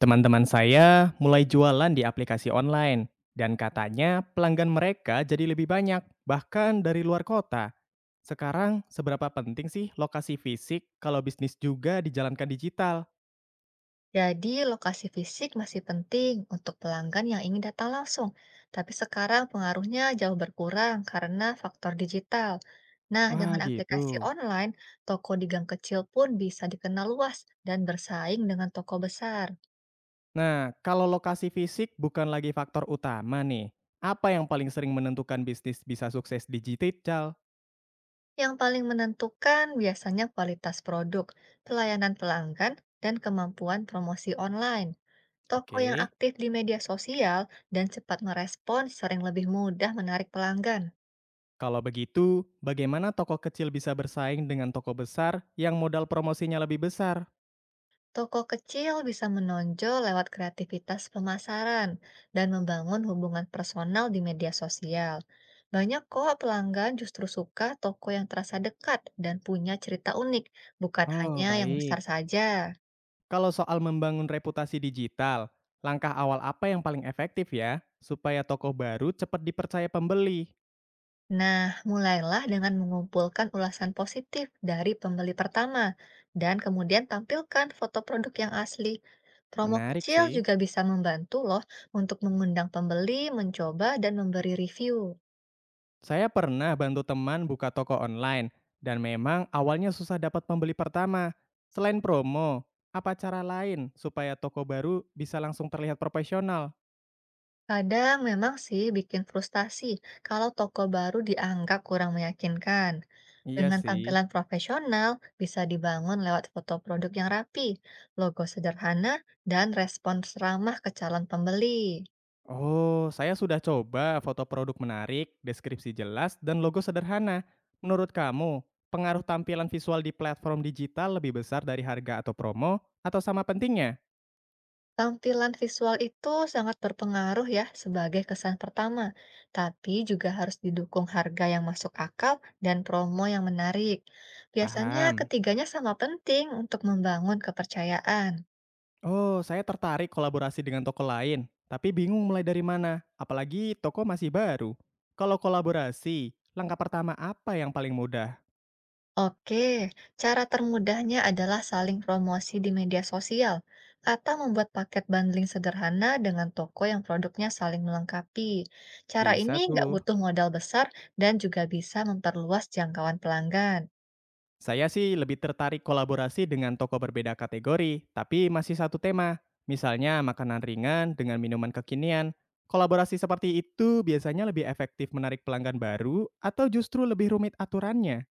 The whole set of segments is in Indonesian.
Teman-teman saya mulai jualan di aplikasi online, dan katanya pelanggan mereka jadi lebih banyak, bahkan dari luar kota. Sekarang, seberapa penting sih lokasi fisik kalau bisnis juga dijalankan digital? Jadi, lokasi fisik masih penting untuk pelanggan yang ingin datang langsung, tapi sekarang pengaruhnya jauh berkurang karena faktor digital. Nah, Wah, dengan gitu. aplikasi online, toko di gang kecil pun bisa dikenal luas dan bersaing dengan toko besar. Nah, kalau lokasi fisik bukan lagi faktor utama nih. Apa yang paling sering menentukan bisnis bisa sukses digital? Yang paling menentukan biasanya kualitas produk, pelayanan pelanggan, dan kemampuan promosi online. Toko yang Oke, aktif di media sosial dan cepat merespon sering lebih mudah menarik pelanggan. kalau begitu, bagaimana toko kecil bisa bersaing dengan toko besar yang modal promosinya lebih besar? Toko kecil bisa menonjol lewat kreativitas pemasaran dan membangun hubungan personal di media sosial. Banyak kok pelanggan justru suka toko yang terasa dekat dan punya cerita unik, bukan Oh, hanya yang besar baik. saja. Kalau soal membangun reputasi digital, langkah awal apa yang paling efektif ya, supaya toko baru cepat dipercaya pembeli? Nah, mulailah dengan mengumpulkan ulasan positif dari pembeli pertama dan kemudian tampilkan foto produk yang asli. Promo Menarik kecil sih. juga bisa membantu loh untuk mengundang pembeli mencoba dan memberi review. Saya pernah bantu teman buka toko online, dan memang awalnya susah dapat pembeli pertama. Selain promo, apa cara lain supaya toko baru bisa langsung terlihat profesional? Kadang memang sih bikin frustasi kalau toko baru dianggap kurang meyakinkan. Iya Dengan sih. tampilan profesional, bisa dibangun lewat foto produk yang rapi, logo sederhana, dan respons ramah ke calon pembeli. Oh, saya sudah coba foto produk menarik, deskripsi jelas, dan logo sederhana. Menurut kamu, pengaruh tampilan visual di platform digital lebih besar dari harga atau promo, atau sama pentingnya? Tampilan visual itu sangat berpengaruh ya sebagai kesan pertama, tapi juga harus didukung harga yang masuk akal dan promo yang menarik. Biasanya Paham. ketiganya sama penting untuk membangun kepercayaan. Oh, saya tertarik kolaborasi dengan toko lain, tapi bingung mulai dari mana, apalagi toko masih baru. Kalau kolaborasi, langkah pertama apa yang paling mudah? Oke, cara termudahnya adalah saling promosi di media sosial atau membuat paket bundling sederhana dengan toko yang produknya saling melengkapi. Cara Bisa ini nggak tuh. butuh modal besar dan juga bisa memperluas jangkauan pelanggan. Saya sih lebih tertarik kolaborasi dengan toko berbeda kategori, tapi masih satu tema. Misalnya makanan ringan dengan minuman kekinian. Kolaborasi seperti itu biasanya lebih efektif menarik pelanggan baru atau justru lebih rumit aturannya?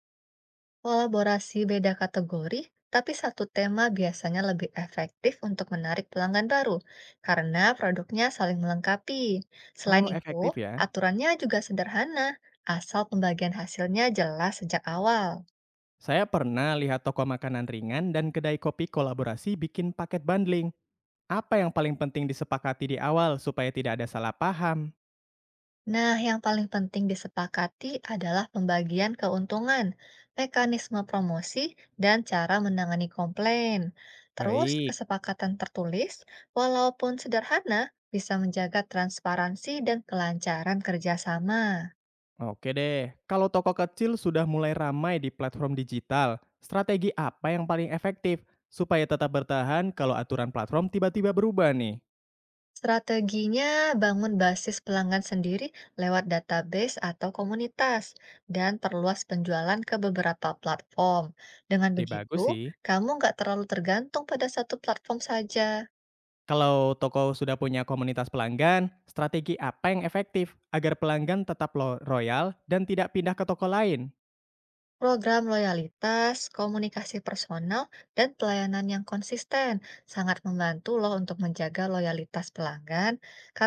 Kolaborasi beda kategori, tapi satu tema biasanya lebih efektif untuk menarik pelanggan baru karena produknya saling melengkapi. Selain Oh, itu, efektif ya. aturannya juga sederhana, asal pembagian hasilnya jelas sejak awal. Saya pernah lihat toko makanan ringan dan kedai kopi kolaborasi bikin paket bundling. Apa yang paling penting disepakati di awal supaya tidak ada salah paham? Nah, yang paling penting disepakati adalah pembagian keuntungan, mekanisme promosi, dan cara menangani komplain. Terus, Baik. kesepakatan tertulis, walaupun sederhana, bisa menjaga transparansi dan kelancaran kerjasama. Oke deh, kalau toko kecil sudah mulai ramai di platform digital, strategi apa yang paling efektif supaya tetap bertahan kalau aturan platform tiba-tiba berubah nih? Strateginya, bangun basis pelanggan sendiri lewat database atau komunitas, dan perluas penjualan ke beberapa platform. Dengan Di bagus begitu, sih. kamu nggak terlalu tergantung pada satu platform saja. Kalau toko sudah punya komunitas pelanggan, strategi apa yang efektif agar pelanggan tetap loyal dan tidak pindah ke toko lain? Program loyalitas, komunikasi personal, dan pelayanan yang konsisten sangat membantu loh untuk menjaga loyalitas pelanggan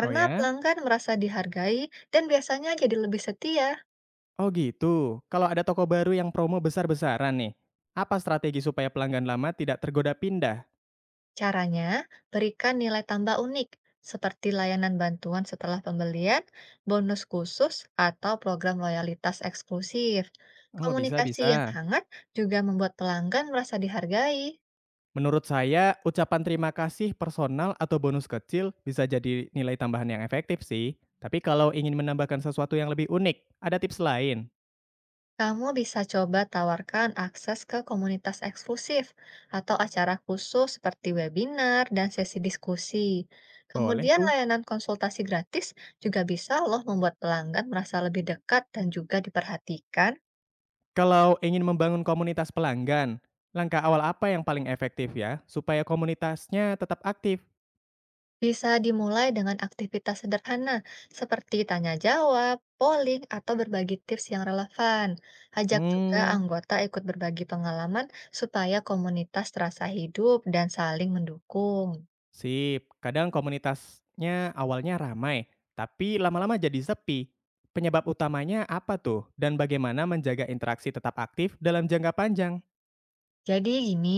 Oh ya? pelanggan merasa dihargai dan biasanya jadi lebih setia. Oh gitu. Kalau ada toko baru yang promo besar-besaran nih, apa strategi supaya pelanggan lama tidak tergoda pindah? Caranya, berikan nilai tambah unik seperti layanan bantuan setelah pembelian, bonus khusus, atau program loyalitas eksklusif. Oh, bisa Komunikasi yang bisa. hangat juga membuat pelanggan merasa dihargai. Menurut saya, ucapan terima kasih personal atau bonus kecil bisa jadi nilai tambahan yang efektif sih. Tapi kalau ingin menambahkan sesuatu yang lebih unik, ada tips lain? Kamu bisa coba tawarkan akses ke komunitas eksklusif atau acara khusus seperti webinar dan sesi diskusi. Boleh Kemudian tuh. layanan konsultasi gratis juga bisa loh membuat pelanggan merasa lebih dekat dan juga diperhatikan. Kalau ingin membangun komunitas pelanggan, langkah awal apa yang paling efektif ya supaya komunitasnya tetap aktif? Bisa dimulai dengan aktivitas sederhana seperti tanya jawab, polling, atau berbagi tips yang relevan. Ajak juga Hmm, anggota ikut berbagi pengalaman supaya komunitas terasa hidup dan saling mendukung. sip. Kadang komunitasnya awalnya ramai, tapi lama-lama jadi sepi. Penyebab utamanya apa tuh? Dan bagaimana menjaga interaksi tetap aktif dalam jangka panjang? Jadi gini,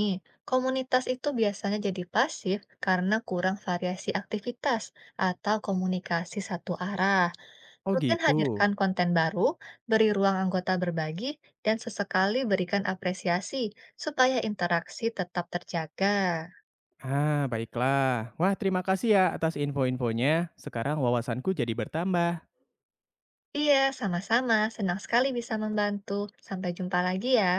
komunitas itu biasanya jadi pasif karena kurang variasi aktivitas atau komunikasi satu arah. Oh Rutin gitu. hadirkan konten baru, beri ruang anggota berbagi, dan sesekali berikan apresiasi supaya interaksi tetap terjaga. Ah, baiklah. Wah, terima kasih ya atas info-infonya. Sekarang wawasanku jadi bertambah. Iya, sama-sama. Senang sekali bisa membantu. Sampai jumpa lagi ya.